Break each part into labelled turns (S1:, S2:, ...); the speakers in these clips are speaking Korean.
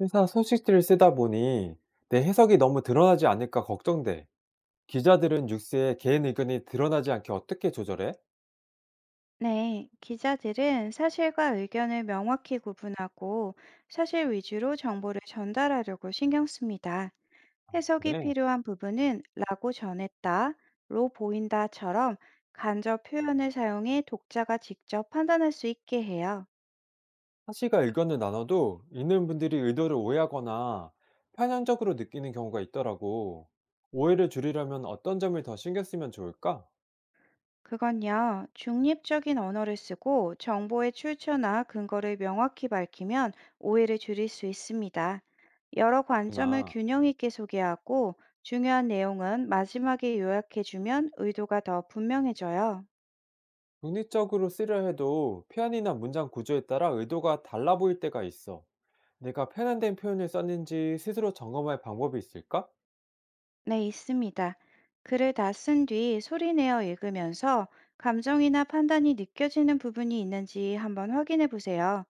S1: 회사 소식지를 쓰다 보니 내 해석이 너무 드러나지 않을까 걱정돼. 기자들은 뉴스에 개인 의견이 드러나지 않게 어떻게 조절해?
S2: 네, 기자들은 사실과 의견을 명확히 구분하고 사실 위주로 정보를 전달하려고 신경 씁니다. 해석이
S1: 그래.
S2: 필요한 부분은 라고 전했다, 로 보인다처럼 간접 표현을 사용해 독자가 직접 판단할 수 있게 해요.
S1: 사실과 의견을 나눠도 읽는 분들이 의도를 오해하거나 편향적으로 느끼는 경우가 있더라고. 오해를 줄이려면 어떤 점을 더 신경 쓰면 좋을까?
S2: 그건요, 중립적인 언어를 쓰고 정보의 출처나 근거를 명확히 밝히면 오해를 줄일 수 있습니다. 여러 관점을
S1: 그렇구나.
S2: 균형 있게 소개하고 중요한 내용은 마지막에 요약해주면 의도가 더 분명해져요.
S1: 중립적으로 쓰려 해도 표현이나 문장 구조에 따라 의도가 달라 보일 때가 있어. 내가 편향된 표현을 썼는지 스스로 점검할 방법이 있을까?
S2: 네, 있습니다. 글을 다 쓴 뒤 소리 내어 읽으면서 감정이나 판단이 느껴지는 부분이 있는지 한번 확인해 보세요.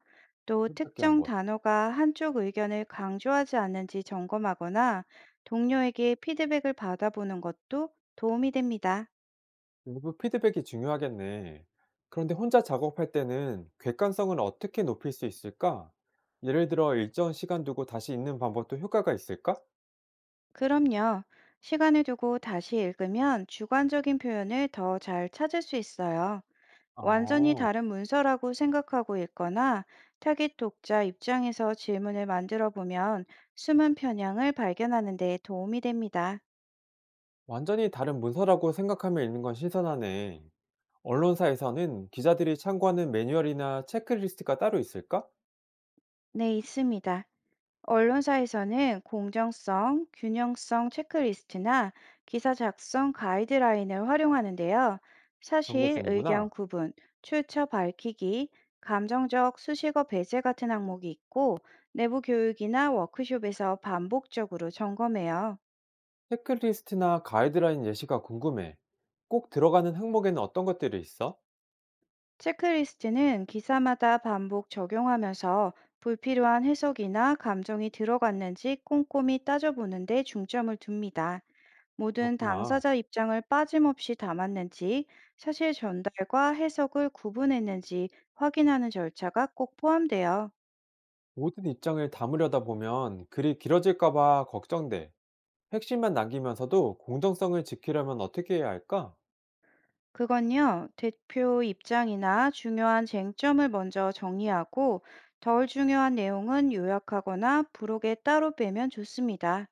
S2: 또
S1: 해볼게
S2: 특정
S1: 한번.
S2: 단어가 한쪽 의견을 강조하지 않는지 점검하거나 동료에게 피드백을 받아보는 것도 도움이 됩니다.
S1: 외부 피드백이 중요하겠네. 그런데 혼자 작업할 때는 객관성을 어떻게 높일 수 있을까? 예를 들어 일정 시간 두고 다시 읽는 방법도 효과가 있을까?
S2: 그럼요. 시간을 두고 다시 읽으면 주관적인 표현을 더 잘 찾을 수 있어요. 완전히
S1: 아,
S2: 다른 문서라고 생각하고 읽거나 타깃 독자 입장에서 질문을 만들어 보면 숨은 편향을 발견하는 데 도움이 됩니다.
S1: 완전히 다른 문서라고 생각하며 읽는 건 신선하네. 언론사에서는 기자들이 참고하는 매뉴얼이나 체크리스트가 따로 있을까?
S2: 네, 있습니다. 언론사에서는 공정성, 균형성 체크리스트나 기사 작성 가이드라인을 활용하는데요.
S1: 그런 걸
S2: 사실, 의견
S1: 쓰는구나.
S2: 구분, 출처 밝히기, 감정적 수식어 배제 같은 항목이 있고, 내부 교육이나 워크숍에서 반복적으로 점검해요.
S1: 체크리스트나 가이드라인 예시가 궁금해. 꼭 들어가는 항목에는 어떤 것들이 있어?
S2: 체크리스트는 기사마다 반복 적용하면서 불필요한 해석이나 감정이 들어갔는지 꼼꼼히 따져보는데 중점을 둡니다. 모든
S1: 그렇구나.
S2: 당사자 입장을 빠짐없이 담았는지, 사실 전달과 해석을 구분했는지 확인하는 절차가 꼭 포함돼요.
S1: 모든 입장을 담으려다 보면 글이 길어질까봐 걱정돼. 핵심만 남기면서도 공정성을 지키려면 어떻게 해야 할까?
S2: 그건요, 대표 입장이나 중요한 쟁점을 먼저 정리하고, 덜 중요한 내용은 요약하거나 부록에 따로 빼면 좋습니다.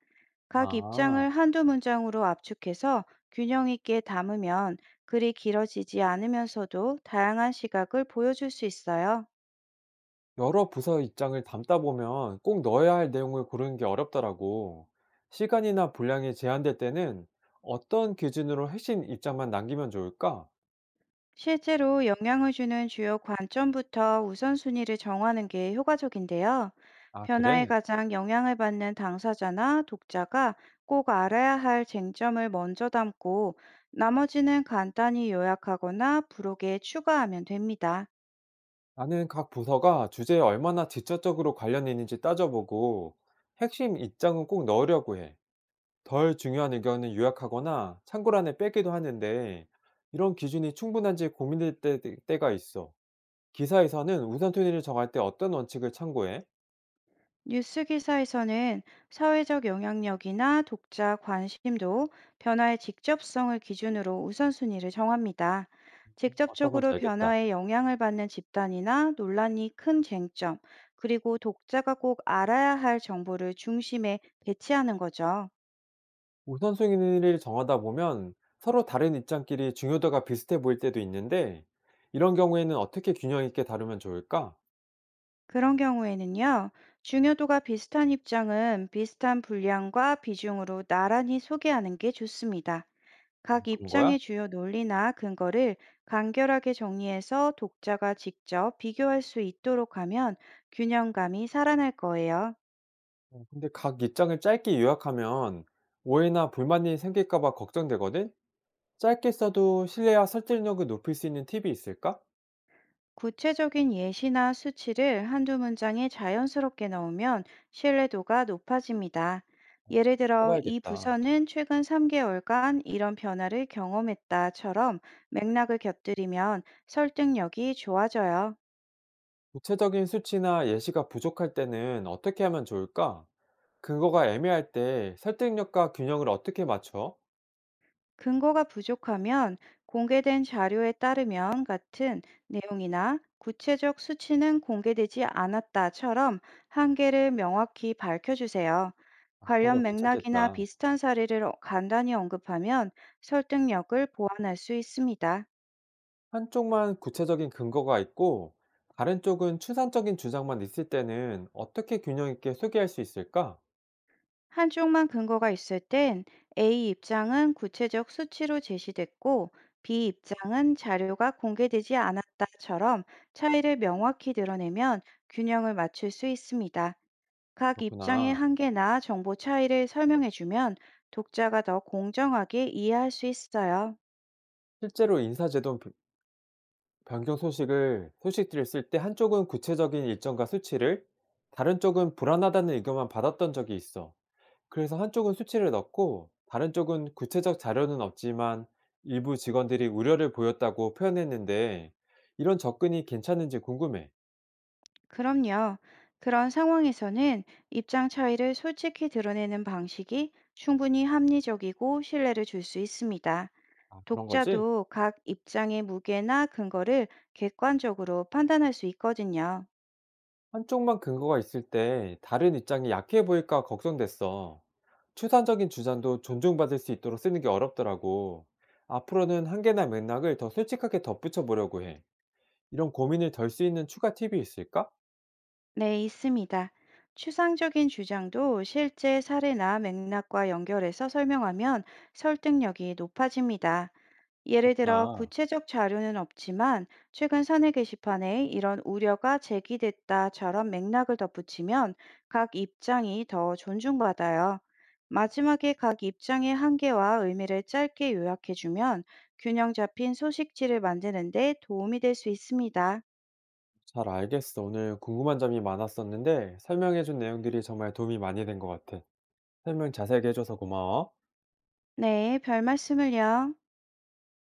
S2: 각
S1: 아,
S2: 입장을 한두 문장으로 압축해서 균형 있게 담으면 글이 길어지지 않으면서도 다양한 시각을 보여줄 수 있어요.
S1: 여러 부서 입장을 담다 보면 꼭 넣어야 할 내용을 고르는 게 어렵더라고. 시간이나 분량이 제한될 때는 어떤 기준으로 핵심 입장만 남기면 좋을까?
S2: 실제로 영향을 주는 주요 관점부터 우선순위를 정하는 게 효과적인데요.
S1: 아,
S2: 변화에
S1: 그래?
S2: 가장 영향을 받는 당사자나 독자가 꼭 알아야 할 쟁점을 먼저 담고 나머지는 간단히 요약하거나 부록에 추가하면 됩니다.
S1: 나는 각 부서가 주제에 얼마나 직접적으로 관련이 있는지 따져보고 핵심 입장은 꼭 넣으려고 해. 덜 중요한 의견을 요약하거나 참고란에 빼기도 하는데 이런 기준이 충분한지 때가 있어. 기사에서는 우선순위를 정할 때 어떤 원칙을 참고해?
S2: 뉴스 기사에서는 사회적 영향력이나 독자 관심도 변화의 직접성을 기준으로 우선순위를 정합니다.
S1: 어떤 건지
S2: 직접적으로
S1: 알겠다.
S2: 변화에 영향을 받는 집단이나 논란이 큰 쟁점, 그리고 독자가 꼭 알아야 할 정보를 중심에 배치하는 거죠.
S1: 우선순위를 정하다 보면 서로 다른 입장끼리 중요도가 비슷해 보일 때도 있는데 이런 경우에는 어떻게 균형 있게 다루면 좋을까?
S2: 그런 경우에는요, 중요도가 비슷한 입장은 비슷한 분량과 비중으로 나란히 소개하는 게 좋습니다. 각
S1: 그런
S2: 입장의
S1: 거야?
S2: 주요 논리나 근거를 간결하게 정리해서 독자가 직접 비교할 수 있도록 하면 균형감이 살아날 거예요.
S1: 어, 근데 각 입장을 짧게 요약하면 오해나 불만이 생길까 봐 걱정되거든? 짧게 써도 신뢰와 설득력을 높일 수 있는 팁이 있을까?
S2: 구체적인 예시나 수치를 한두 문장에 자연스럽게 넣으면 신뢰도가 높아집니다. 예를 들어, 이
S1: 써봐야겠다.
S2: 부서는 최근 3개월간 이런 변화를 경험했다처럼 맥락을 곁들이면 설득력이 좋아져요.
S1: 구체적인 수치나 예시가 부족할 때는 어떻게 하면 좋을까? 근거가 애매할 때 설득력과 균형을 어떻게 맞춰?
S2: 근거가 부족하면 공개된 자료에 따르면 같은 내용이나 구체적 수치는 공개되지 않았다처럼 한계를 명확히 밝혀주세요.
S1: 아, 그런
S2: 관련
S1: 거
S2: 맥락이나
S1: 괜찮겠다.
S2: 비슷한 사례를 간단히 언급하면 설득력을 보완할 수 있습니다.
S1: 한쪽만 구체적인 근거가 있고 다른 쪽은 추상적인 주장만 있을 때는 어떻게 균형 있게 소개할 수 있을까?
S2: 한쪽만 근거가 있을 땐 A 입장은 구체적 수치로 제시됐고 B 입장은 자료가 공개되지 않았다처럼 차이를 명확히 드러내면 균형을 맞출 수 있습니다. 각 입장의
S1: 그렇구나.
S2: 한계나 정보 차이를 설명해주면 독자가 더 공정하게 이해할 수 있어요.
S1: 실제로 변경 소식을 소식들을 쓸 때 한쪽은 구체적인 일정과 수치를 다른 쪽은 불안하다는 의견만 받았던 적이 있어. 그래서 한쪽은 수치를 넣고 다른 쪽은 구체적 자료는 없지만 일부 직원들이 우려를 보였다고 표현했는데 이런 접근이 괜찮은지 궁금해.
S2: 그럼요. 그런 상황에서는 입장 차이를 솔직히 드러내는 방식이 충분히 합리적이고 신뢰를 줄 수 있습니다.
S1: 아, 그런 거지?
S2: 독자도 각 입장의 무게나 근거를 객관적으로 판단할 수 있거든요.
S1: 한쪽만 근거가 있을 때 다른 입장이 약해 보일까 걱정됐어. 추상적인 주장도 존중받을 수 있도록 쓰는 게 어렵더라고. 앞으로는 한계나 맥락을 더 솔직하게 덧붙여 보려고 해. 이런 고민을 덜 수 있는 추가 팁이 있을까?
S2: 네, 있습니다. 추상적인 주장도 실제 사례나 맥락과 연결해서 설명하면 설득력이 높아집니다. 예를 들어
S1: 아.
S2: 구체적 자료는 없지만 최근 사내 게시판에 이런 우려가 제기됐다처럼 맥락을 덧붙이면 각 입장이 더 존중받아요. 마지막에 각 입장의 한계와 의미를 짧게 요약해주면 균형 잡힌 소식지를 만드는 데 도움이 될 수 있습니다.
S1: 잘 알겠어. 오늘 궁금한 점이 많았었는데 설명해준 내용들이 정말 도움이 많이 된 것 같아. 설명 자세하게 해줘서 고마워.
S2: 네, 별 말씀을요.